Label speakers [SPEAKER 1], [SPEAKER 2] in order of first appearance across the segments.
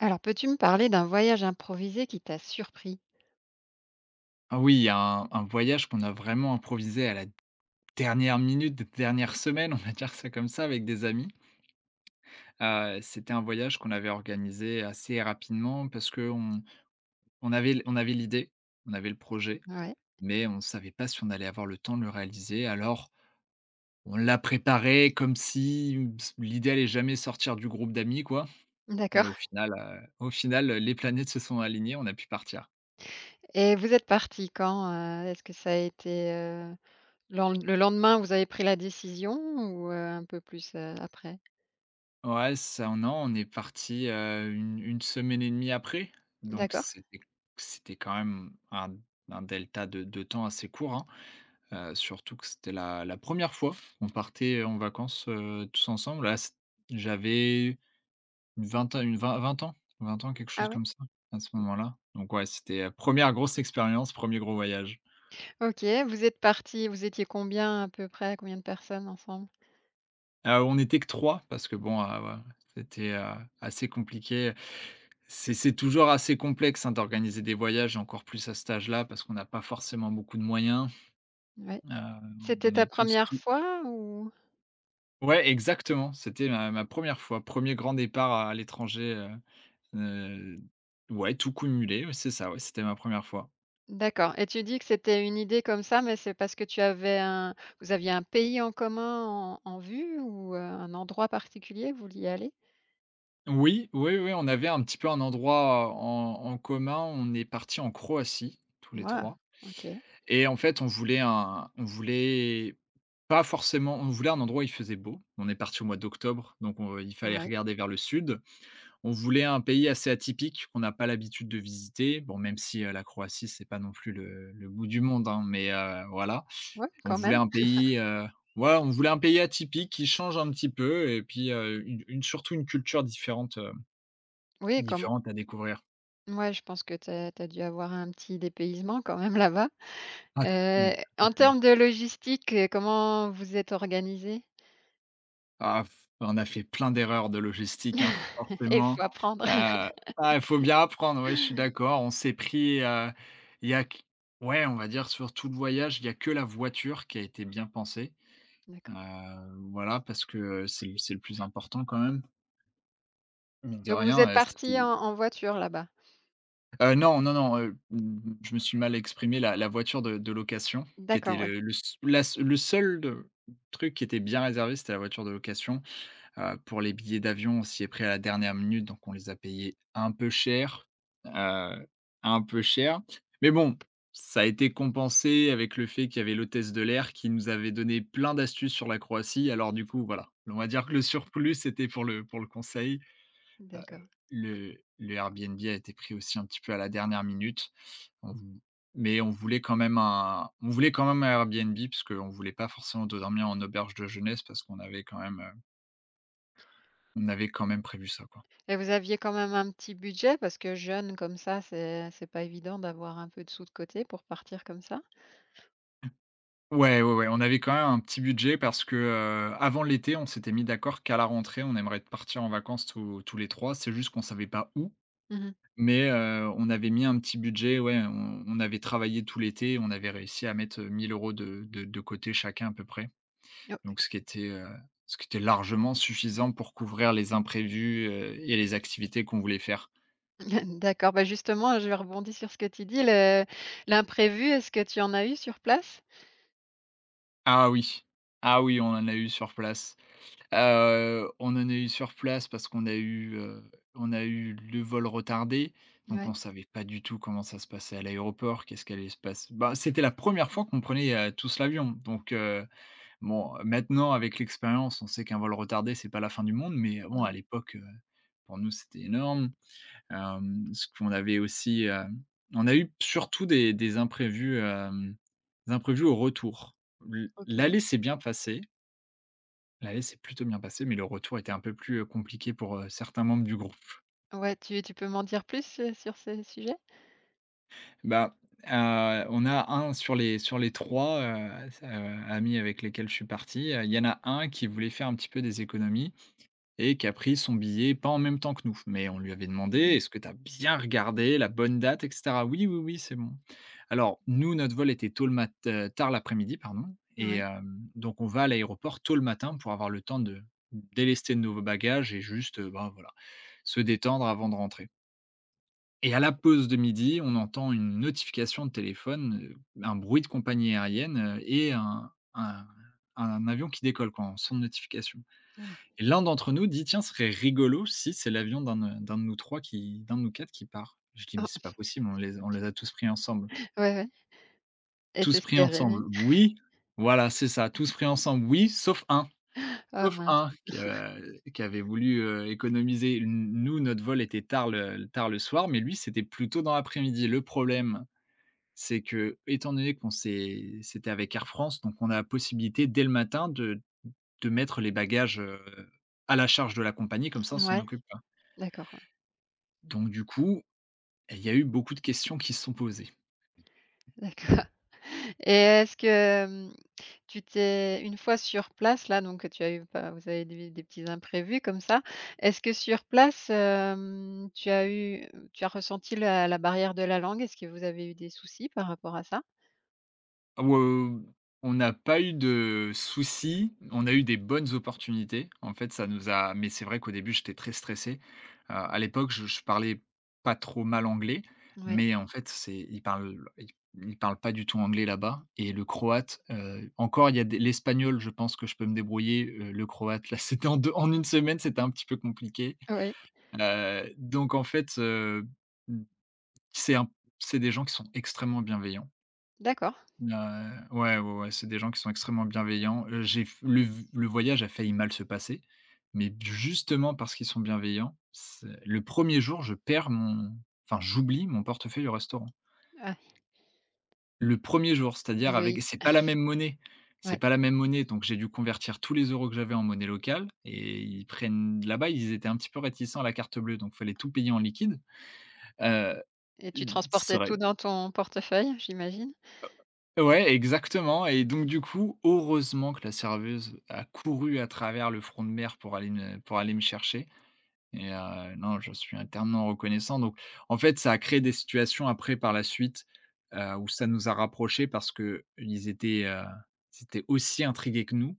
[SPEAKER 1] Alors, peux-tu me parler d'un voyage improvisé qui t'a surpris?
[SPEAKER 2] Ah oui, il y a un voyage qu'on a vraiment improvisé à la dernière minute, dernière semaine, on va dire ça comme ça, avec des amis. C'était un voyage qu'on avait organisé assez rapidement parce qu'on avait l'idée, on avait le projet,
[SPEAKER 1] Ouais,
[SPEAKER 2] mais on ne savait pas si on allait avoir le temps de le réaliser. Alors, on l'a préparé comme si l'idée allait jamais sortir du groupe d'amis, quoi, et
[SPEAKER 1] d'accord.
[SPEAKER 2] au final, les planètes se sont alignées, on a pu partir.
[SPEAKER 1] Et vous êtes parti quand? Est-ce que ça a été, heu, lendemain, vous avez pris la décision ou, un peu plus, après?
[SPEAKER 2] Ouais, ça non, on est parti, une semaine et demie après, donc
[SPEAKER 1] D'accord.
[SPEAKER 2] c'était quand même un delta de temps assez court, hein. Surtout que c'était la première fois qu'on partait en vacances, tous ensemble. Là, c j'avais une vingt ans, 20 ans, quelque chose
[SPEAKER 1] Ah ouais?
[SPEAKER 2] comme ça, à ce moment-là, donc ouais, c'était, une grosse expérience, premier gros voyage.
[SPEAKER 1] OK. Vous êtes parti. Vous étiez combien à peu près? Combien de personnes ensemble?
[SPEAKER 2] On était que 3 parce que bon, voilà, c'était, assez compliqué. C'est toujours assez complexe, hein, d'organiser des voyages, encore plus à cet âge-là, parce qu'on n'a pas forcément beaucoup de moyens.
[SPEAKER 1] Ouais.
[SPEAKER 2] Heu,
[SPEAKER 1] C'était
[SPEAKER 2] on
[SPEAKER 1] ta
[SPEAKER 2] est tous
[SPEAKER 1] première
[SPEAKER 2] tout
[SPEAKER 1] fois ou?
[SPEAKER 2] Ouais, exactement, c'était ma une fois, premier grand départ à l'étrangerheu, ouais, tout cumulé, ouais, c'est ça, ouais, c'était ma première fois.
[SPEAKER 1] D'accord. Et tu dis que c'était une idée comme ça, mais c'est parce que tu avais un vous aviez un pays en commun en vue ou, un endroit particulier? Vous vouliez aller?
[SPEAKER 2] Oui, oui, oui, on avait un petit peu un endroit en commun, on est parti en Croatie tous les
[SPEAKER 1] Ouais,
[SPEAKER 2] 3.
[SPEAKER 1] OK.
[SPEAKER 2] Et en fait, on voulait pas forcément, on voulait un endroit où il faisait beau. On est parti au mois d'octobre, donc on il fallait
[SPEAKER 1] Ouais.
[SPEAKER 2] regarder vers le sud. On voulait un pays assez atypique qu'on n'a pas l'habitude de visiter. Bon, même si, la Croatie, c'est pas non plus le bout du monde, hein, mais, voilà.
[SPEAKER 1] Ouais,
[SPEAKER 2] On
[SPEAKER 1] quand
[SPEAKER 2] voulait
[SPEAKER 1] même.
[SPEAKER 2] un pays, ouais, on voulait un pays atypique qui change un petit peu et puis, une surtout une culture différente, heu,
[SPEAKER 1] Oui, comme
[SPEAKER 2] différente à découvrir.
[SPEAKER 1] ouais, je pense que tu as dû avoir un petit dépaysement quand même là-bas.
[SPEAKER 2] Ah,
[SPEAKER 1] Heu,
[SPEAKER 2] tout à
[SPEAKER 1] En
[SPEAKER 2] fait.
[SPEAKER 1] termes de logistique, comment vous êtes organisés?
[SPEAKER 2] Ah, on a fait plein d'erreurs de logistique, hein,
[SPEAKER 1] Il
[SPEAKER 2] forcément.
[SPEAKER 1] faut apprendre.
[SPEAKER 2] Heu, ah, il faut bien apprendre, ouais, je suis d'accord. On s'est pris, il y a q ouais, on va dire, sur tout le voyage, il y a que la voiture qui a été bien pensée. Heu,
[SPEAKER 1] D'accord.
[SPEAKER 2] voilà, parce que c'est le plus important quand même, mine de
[SPEAKER 1] Donc vous
[SPEAKER 2] rien,
[SPEAKER 1] êtes partis
[SPEAKER 2] c'était
[SPEAKER 1] en voiture là-bas?
[SPEAKER 2] non, non, non, je me suis mal exprimé. La voiture de location qui était
[SPEAKER 1] D'accord, oui.
[SPEAKER 2] le s la s le seul de truc qui était bien réservé, c'était la voiture de location. Pour les billets d'avion, on s'y est pris à la dernière minute, donc on les a payés heu, un peu cher. Mais bon, ça a été compensé avec le fait qu'il y avait l'hôtesse de l'air qui nous avait donné plein d'astuces sur la Croatie. Alors du coup, voilà, on va dire que le surplus, c'était pour le conseil. Heu,
[SPEAKER 1] D'accord.
[SPEAKER 2] le Airbnb a été pris aussi un petit peu à la dernière minute. On vou Mais on voulait quand même un on voulait quand même un Airbnb parce qu'on voulait pas forcément dormir en auberge de jeunesse parce qu'on avait quand même prévu ça, quoi.
[SPEAKER 1] Et vous aviez quand même un petit budget? Parce que jeune comme ça, c'est pas évident d'avoir un peu de sous de côté pour partir comme ça.
[SPEAKER 2] Ouais, ouais, ouais, on avait quand même un petit budget parce que, avant l'été, on s'était mis d'accord qu'à la rentrée, on aimerait partir en vacances tous les 3. C'est juste qu'on savait pas où,
[SPEAKER 1] Mmh.
[SPEAKER 2] mais, on avait mis un petit budget, ouais, on avait travaillé tout l'été, on avait réussi à mettre, 1 000 de côté chacun à peu près. Donc
[SPEAKER 1] OK.
[SPEAKER 2] ce qui était largement suffisant pour couvrir les imprévus, et les activités qu'on voulait faire.
[SPEAKER 1] D'accord, bah, justement, je rebondis sur ce que tu dis, le l'imprévu, est-ce que tu en as eu sur place?
[SPEAKER 2] Ah oui, ah oui, on en a eu sur place. Parce qu'on a eu le vol retardé, donc
[SPEAKER 1] Ouais,
[SPEAKER 2] on savait pas du tout comment ça se passait à l'aéroport, qu'est-ce qu'elle allait se passe, bah, c'était la première fois qu'on prenait, tous l'avion, donc bon, maintenant avec l'expérience, on sait qu'un vol retardé, c'est pas la fin du monde, mais bon, à
[SPEAKER 1] oui,
[SPEAKER 2] l'époque, pour nous, c'était énorme. Ce qu'on avait aussi, on a eu surtout des imprévus, des imprévus au retour.
[SPEAKER 1] OK.
[SPEAKER 2] L'aller s'est bien passé. L'année s'est plutôt bien passée, mais le retour était un peu plus, compliqué pour, certains membres du groupe.
[SPEAKER 1] Ouais, tu peux m'en dire plus, sur ce sujet?
[SPEAKER 2] Bah, on a un sur les 3 s amis avec lesquels je suis parti, il y en a un qui voulait faire un petit peu des économies et qui a pris son billet pas en même temps que nous. Mais on lui avait demandé,
[SPEAKER 1] Mmh.
[SPEAKER 2] est-ce que tu as bien regardé la bonne date, etc. Oui, oui, oui, c'est bon. Alors, nous, notre vol était tard l'après-midi, pardon. Et
[SPEAKER 1] Ouais.
[SPEAKER 2] donc, on va à l'aéroport tôt le matin pour avoir le temps de délester de nouveaux bagages et juste bah, voilà, se détendre avant de rentrer. Et à la pause de midi, on entend une notification de téléphone, un bruit de compagnie aérienne, et un avion qui décolle, quoi, en son de notification.
[SPEAKER 1] Ouh.
[SPEAKER 2] Et l'un d'entre nous dit: «Tiens, ce serait rigolo si c'est l'avion d'un, d'un de nous 3 qui d'un de nous 4 qui part». Je dis: «Mais c'est pas possible, on les a tous pris ensemble».
[SPEAKER 1] Ouais, ouais, et
[SPEAKER 2] Tous
[SPEAKER 1] c'est ce qui
[SPEAKER 2] pris
[SPEAKER 1] est arrivé?
[SPEAKER 2] ensemble, oui, voilà, c'est ça, tous pris ensemble, oui, sauf un,
[SPEAKER 1] Oh mince.
[SPEAKER 2] qui avait voulu, économiser. Nous, notre vol était tard le soir, mais lui, c'était plus tôt dans l'après-midi. Le problème, c'est que, étant donné qu'on s'est c'était avec Air France, donc on a la possibilité dès le matin de mettre les bagages, à la charge de la compagnie, comme ça, on s'en
[SPEAKER 1] Ouais,
[SPEAKER 2] occupe.
[SPEAKER 1] d'accord, ouais,
[SPEAKER 2] Donc du coup, il y a eu beaucoup de questions qui se sont posées.
[SPEAKER 1] d'accord. Et est-ce que, tu t'es une fois sur place là, donc tu as eu pas vous avez des petits imprévus comme ça. Est-ce que sur place, tu as eu tu as ressenti la barrière de la langue? Est-ce que vous avez eu des soucis par rapport à ça?
[SPEAKER 2] Ah ouais, on n'a pas eu de soucis, on a eu des bonnes opportunités. En fait, ça nous a, mais c'est vrai qu'au début, j'étais très stressé. À l'époque, je parlais pas trop mal anglais,
[SPEAKER 1] Oui.
[SPEAKER 2] mais en fait, c'est ils parlent ils ils parlent pas du tout anglais là-bas, et le croate, encore il y a des l'espagnol, je pense que je peux me débrouiller, le croate, là, c'était en 2 en une semaine, c'était un petit peu compliqué.
[SPEAKER 1] Oui.
[SPEAKER 2] Donc en fait, c'est un c'est des gens qui sont extrêmement bienveillants.
[SPEAKER 1] D'accord.
[SPEAKER 2] Heu, ouais, ouais, ouais, c'est des gens qui sont extrêmement bienveillants. J'ai f le v Le voyage a failli mal se passer, mais justement parce qu'ils sont bienveillants, c'est le premier jour, je perds mon enfin, j'oublie mon portefeuille au restaurant.
[SPEAKER 1] Ah,
[SPEAKER 2] Le premier jour, c'est-à-dire
[SPEAKER 1] le
[SPEAKER 2] avec
[SPEAKER 1] hic,
[SPEAKER 2] c'est pas la même monnaie, c'est
[SPEAKER 1] ouais,
[SPEAKER 2] pas la même monnaie, donc j'ai dû convertir tous les euros que j'avais en monnaie locale et ils prennent là-bas, ils étaient un petit peu réticents à la carte bleue, donc fallait tout payer en liquide. Heu,
[SPEAKER 1] et tu
[SPEAKER 2] ça
[SPEAKER 1] transportais
[SPEAKER 2] aurait
[SPEAKER 1] tout dans ton portefeuille, j'imagine?
[SPEAKER 2] Ouais, exactement, et donc du coup, heureusement que la serveuse a couru à travers le front de mer pour aller me chercher, et non, je suis éternellement reconnaissant. Donc en fait, ça a créé des situations après par la suite, où ça nous a rapprochés parce qu'ils étaient aussi intrigués que nous,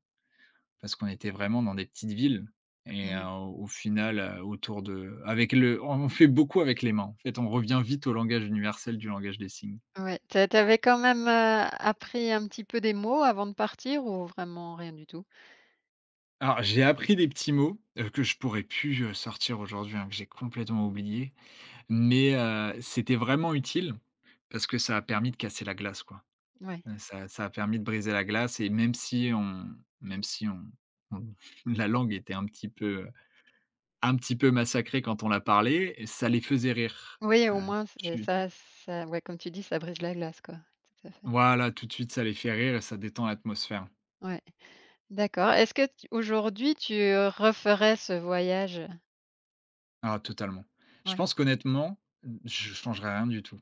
[SPEAKER 2] parce qu'on était vraiment dans des petites villes, et
[SPEAKER 1] Mmh mh.
[SPEAKER 2] au final, autour de avec le on fait beaucoup avec les mains. En fait, on revient vite au langage universel du langage des signes.
[SPEAKER 1] Ouais. Tu a Quand même, appris un petit peu des mots avant de partir ou vraiment rien du tout?
[SPEAKER 2] Alors, j'ai appris des petits mots, que je pourrais plus, sortir aujourd'hui, hein, que j'ai complètement oublié, mais c'était vraiment utile parce que ça a permis de casser la glace, quoi.
[SPEAKER 1] Ouais.
[SPEAKER 2] Ça a permis de briser la glace, et même si on la langue était un petit peu massacrée quand on la parlait, ça les faisait rire.
[SPEAKER 1] Oui,
[SPEAKER 2] Heu,
[SPEAKER 1] au moins, c'est
[SPEAKER 2] tu
[SPEAKER 1] ça ça ouais, comme tu dis, ça brise la glace, quoi. Tout à fait.
[SPEAKER 2] Voilà, tout de suite, ça les fait rire et ça détend l'atmosphère.
[SPEAKER 1] Ouais, d'accord. Est-ce que tu aujourd'hui, tu, referais ce voyage?
[SPEAKER 2] Ah totalement. Je
[SPEAKER 1] Oui.
[SPEAKER 2] pense qu'honnêtement, je changerais rien du tout.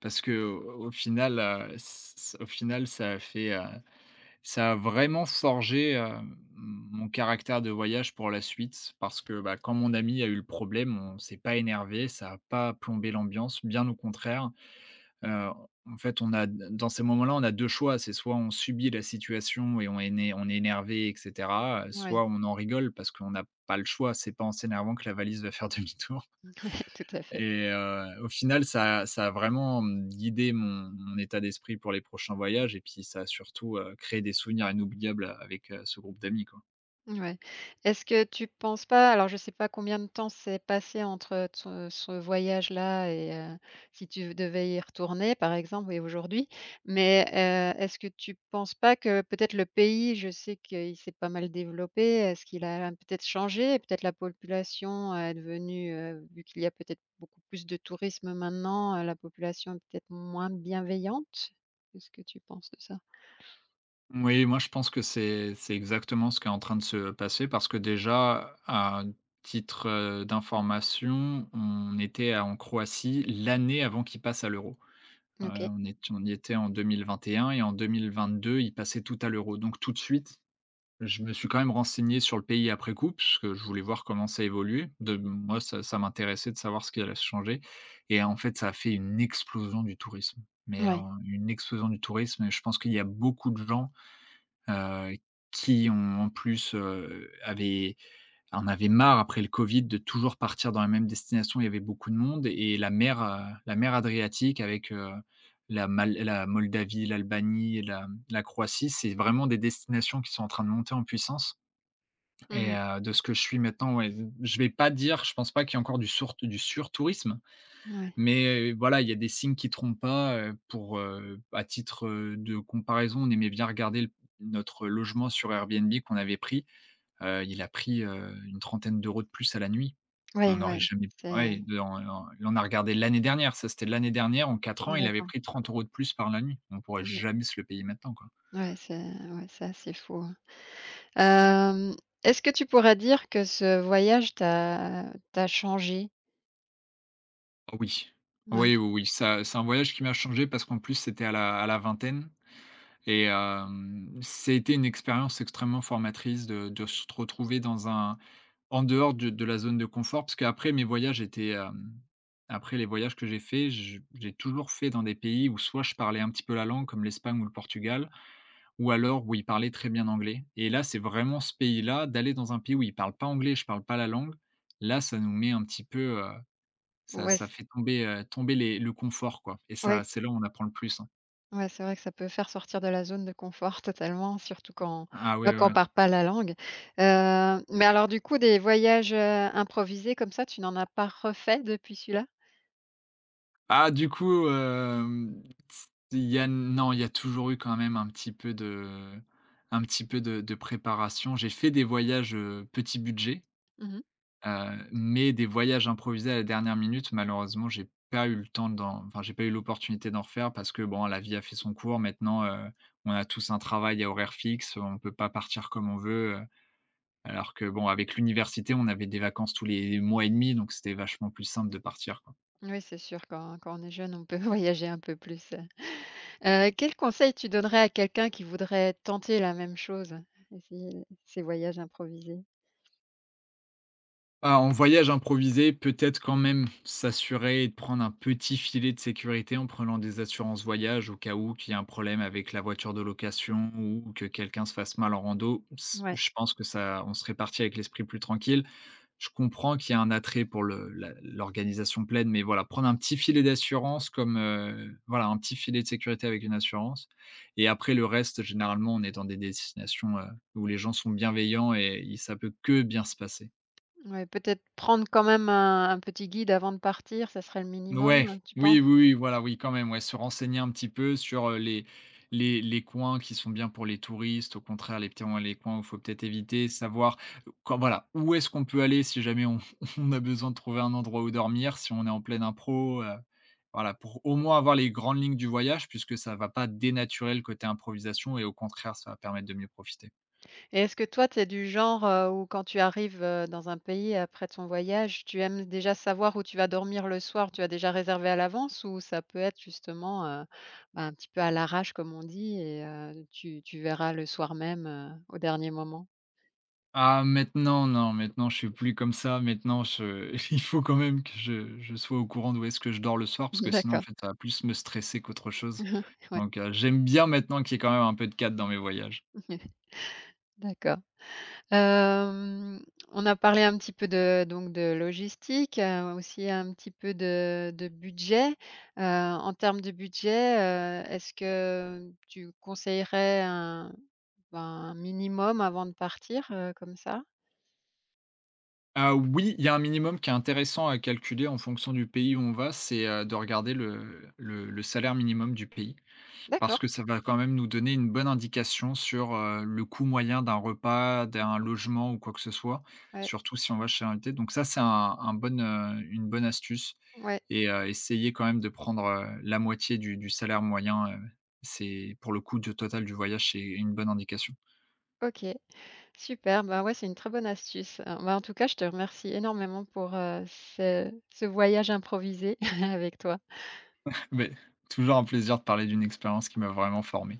[SPEAKER 2] Parce que au au final, s au final, ça a vraiment forgé, mon caractère de voyage pour la suite parce que, bah, quand mon ami a eu le problème, on s'est pas énervé, ça a pas plombé l'ambiance, bien au contraire. Heu, en fait, on a dans ces moments-là, on a 2 choix, c'est soit on subit la situation et on est né on est énervé, et cetera,
[SPEAKER 1] Oui.
[SPEAKER 2] soit on en rigole parce qu'on n'a pas le choix, c'est pas en s'énervant que la valise va faire demi-tour.
[SPEAKER 1] Ouais, tout à fait.
[SPEAKER 2] Et au final, ça a vraiment, mmh, guidé mon état d'esprit pour les prochains voyages, et puis ça a surtout, créé des souvenirs inoubliables avec, ce groupe d'amis, quoi.
[SPEAKER 1] Ouais. Est-ce que tu penses pas alors je sais pas combien de temps s'est passé entre ce voyage-là et si tu devais y retourner par exemple et aujourd'hui, mais est-ce que tu penses pas que peut-être le pays, je sais qu'il s'est pas mal développé, est-ce qu'il a peut-être changé? Et peut-être la population est devenue, vu qu'il y a peut-être beaucoup plus de tourisme maintenant, la population est peut-être moins bienveillante? Qu'est-ce que tu penses de ça?
[SPEAKER 2] Oui, moi, je pense que c'est exactement ce qui est en train de se passer, parce que déjà, à titre, d'information, en Croatie l'année avant qu'il passe à l'euro. Heu,
[SPEAKER 1] OK.
[SPEAKER 2] on est on y était en 2021, et en 2022, il passait tout à l'euro. Donc tout de suite, je me suis quand même renseigné sur le pays après coup, parce que je voulais voir comment ça évoluait. De moi, ça m'intéressait de savoir ce qui allait se changer. Et en fait, ça a fait une explosion du tourisme, mais
[SPEAKER 1] Ouais.
[SPEAKER 2] un une explosion du tourisme, et je pense qu'il y a beaucoup de gens, heu, qui ont en plus, avaient en avaient marre après le covid de toujours partir dans la même destination. Il y avait beaucoup de monde, et la mer Adriatique avec, la Moldavie, l'Albanie, la Croatie, c'est vraiment des destinations qui sont en train de monter en puissance. Et
[SPEAKER 1] Mmh.
[SPEAKER 2] de ce que je suis maintenant, ouais, je vais pas dire, je pense pas qu'il y ait encore du surtourisme,
[SPEAKER 1] Ouais.
[SPEAKER 2] mais voilà, il y a des signes qui trompent pas. Pour, à titre, de comparaison, on aimait bien regarder le notre logement sur Airbnb qu'on avait pris, il a pris, une trentaine d'euros de plus à la nuit. On
[SPEAKER 1] Ouais,
[SPEAKER 2] n'aurait
[SPEAKER 1] ouais.
[SPEAKER 2] jamais, ouais, de on on a regardé l'année dernière, ça c'était l'année dernière, en 4 ans, il avait
[SPEAKER 1] D'accord.
[SPEAKER 2] pris 30 euros de plus par la nuit. On pourrait
[SPEAKER 1] Mmh.
[SPEAKER 2] jamais se le payer maintenant, quoi.
[SPEAKER 1] Ouais, c'est assez fou, hein. Est-ce que tu pourrais dire que ce voyage t'a changé?
[SPEAKER 2] Oui.
[SPEAKER 1] Ouais.
[SPEAKER 2] Oui, oui, oui, ça c'est un voyage qui m'a changé, parce qu'en plus c'était à la vingtaine. Et c'était une expérience extrêmement formatrice, de se retrouver dans un, en dehors de la zone de confort. Parce qu'après mes voyages étaient, après les voyages que j'ai faits, je j'ai toujours fait dans des pays où soit je parlais un petit peu la langue comme l'Espagne ou le Portugal, ou alors où ils parlaient très bien anglais. Et là, c'est vraiment ce pays-là, d'aller dans un pays où ils parlent pas anglais, je parle pas la langue, là, ça nous met un petit peu, heu, ça
[SPEAKER 1] Ouais,
[SPEAKER 2] ça
[SPEAKER 1] c
[SPEAKER 2] fait tomber, tomber les le confort, quoi. Et
[SPEAKER 1] ouais,
[SPEAKER 2] ça, c'est là où on apprend le plus, hein.
[SPEAKER 1] ouais, c'est vrai que ça peut faire sortir de la zone de confort totalement, surtout quand
[SPEAKER 2] Ah oui,
[SPEAKER 1] bah,
[SPEAKER 2] ouais,
[SPEAKER 1] quand on Voilà.
[SPEAKER 2] ouais.
[SPEAKER 1] parle pas la langue. Mais alors du coup, des voyages, improvisés comme ça, tu n'en as pas refait depuis celui-là?
[SPEAKER 2] Ah du coup, hem, il y a non, il y a toujours eu quand même un petit peu de, un petit peu de préparation. J'ai fait des voyages, petit budget,
[SPEAKER 1] Mmh.
[SPEAKER 2] mais des voyages improvisés à la dernière minute. Malheureusement, j'ai pas eu le temps d'en enfin, j'ai pas eu l'opportunité d'en refaire parce que bon, la vie a fait son cours. Maintenant, on a tous un travail à horaire fixe, on peut pas partir comme on veut, alors que bon, avec l'université, on avait des vacances tous les mois et demi, donc c'était vachement plus simple de partir, quoi.
[SPEAKER 1] Oui, c'est sûr, quand quand on est jeune, on peut voyager un peu plus. Quel conseil tu donnerais à quelqu'un qui voudrait tenter la même chose? Essayer ces voyages improvisés?
[SPEAKER 2] Ah, en voyage improvisé, peut-être quand même s'assurer et de prendre un petit filet de sécurité en prenant des assurances voyage au cas où qu'il y ait un problème avec la voiture de location ou que quelqu'un se fasse mal en rando.
[SPEAKER 1] Ouais,
[SPEAKER 2] Je pense que ça, on serait parti avec l'esprit plus tranquille. Je comprends qu'il y a un attrait pour l'organisation pleine, mais voilà, prendre un petit filet d'assurance comme voilà, un petit filet de sécurité avec une assurance. Et après le reste, généralement, on est dans des destinations où les gens sont bienveillants, et ça peut que bien se passer.
[SPEAKER 1] ouais, peut-être prendre quand même un petit guide avant de partir, ça serait le
[SPEAKER 2] Ouais,
[SPEAKER 1] minimum, tu
[SPEAKER 2] oui,
[SPEAKER 1] penses?
[SPEAKER 2] oui, oui, voilà, oui, quand même, ouais, se renseigner un petit peu sur, les les coins qui sont bien pour les touristes, au contraire, les coins où il faut peut-être éviter, savoir quand voilà, où est-ce qu'on peut aller si jamais on on a besoin de trouver un endroit où dormir, si on est en pleine impro, voilà, pour au moins avoir les grandes lignes du voyage, puisque ça va pas dénaturer le côté improvisation et au contraire, ça va permettre de mieux profiter.
[SPEAKER 1] Et est-ce que toi, tu es du genre, où quand tu arrives, dans un pays après ton voyage, tu aimes déjà savoir où tu vas dormir le soir? Tu as déjà réservé à l'avance ou ça peut être justement, bah, un petit peu à l'arrache comme on dit, et tu tu verras le soir même, au dernier moment?
[SPEAKER 2] Ah maintenant non, maintenant je suis plus comme ça. Maintenant je il faut quand même que je sois au courant d'où est-ce que je dors le soir, parce que sinon en
[SPEAKER 1] D'accord.
[SPEAKER 2] fait ça va plus me stresser qu'autre chose.
[SPEAKER 1] Ouais,
[SPEAKER 2] Donc j'aime bien maintenant qu'il y ait quand même un peu de cadre dans mes voyages.
[SPEAKER 1] d'accord. Hem, on a parlé un petit peu de donc de logistique, aussi un petit peu de budget. En termes de budget, est-ce que tu conseillerais un ben, un minimum avant de partir, comme ça?
[SPEAKER 2] Ah oui, il y a un minimum qui est intéressant à calculer en fonction du pays où on va, c'est, de regarder le le salaire minimum du pays. Parce que
[SPEAKER 1] D'accord,
[SPEAKER 2] ça va quand même nous donner une bonne indication sur, le coût moyen d'un repas, d'un logement ou quoi que ce soit,
[SPEAKER 1] ouais,
[SPEAKER 2] surtout si on va chez un invité. Donc ça, c'est un bonne, une bonne astuce.
[SPEAKER 1] ouais,
[SPEAKER 2] Et essayer quand même de prendre, la moitié du salaire moyen, c'est pour le coût de total du voyage, c'est une bonne indication.
[SPEAKER 1] OK, super. Ben ouais, c'est une très bonne astuce. Bah, en tout cas, je te remercie énormément pour, ce ce voyage improvisé avec toi.
[SPEAKER 2] Mais toujours un plaisir de parler d'une expérience qui m'a vraiment formé.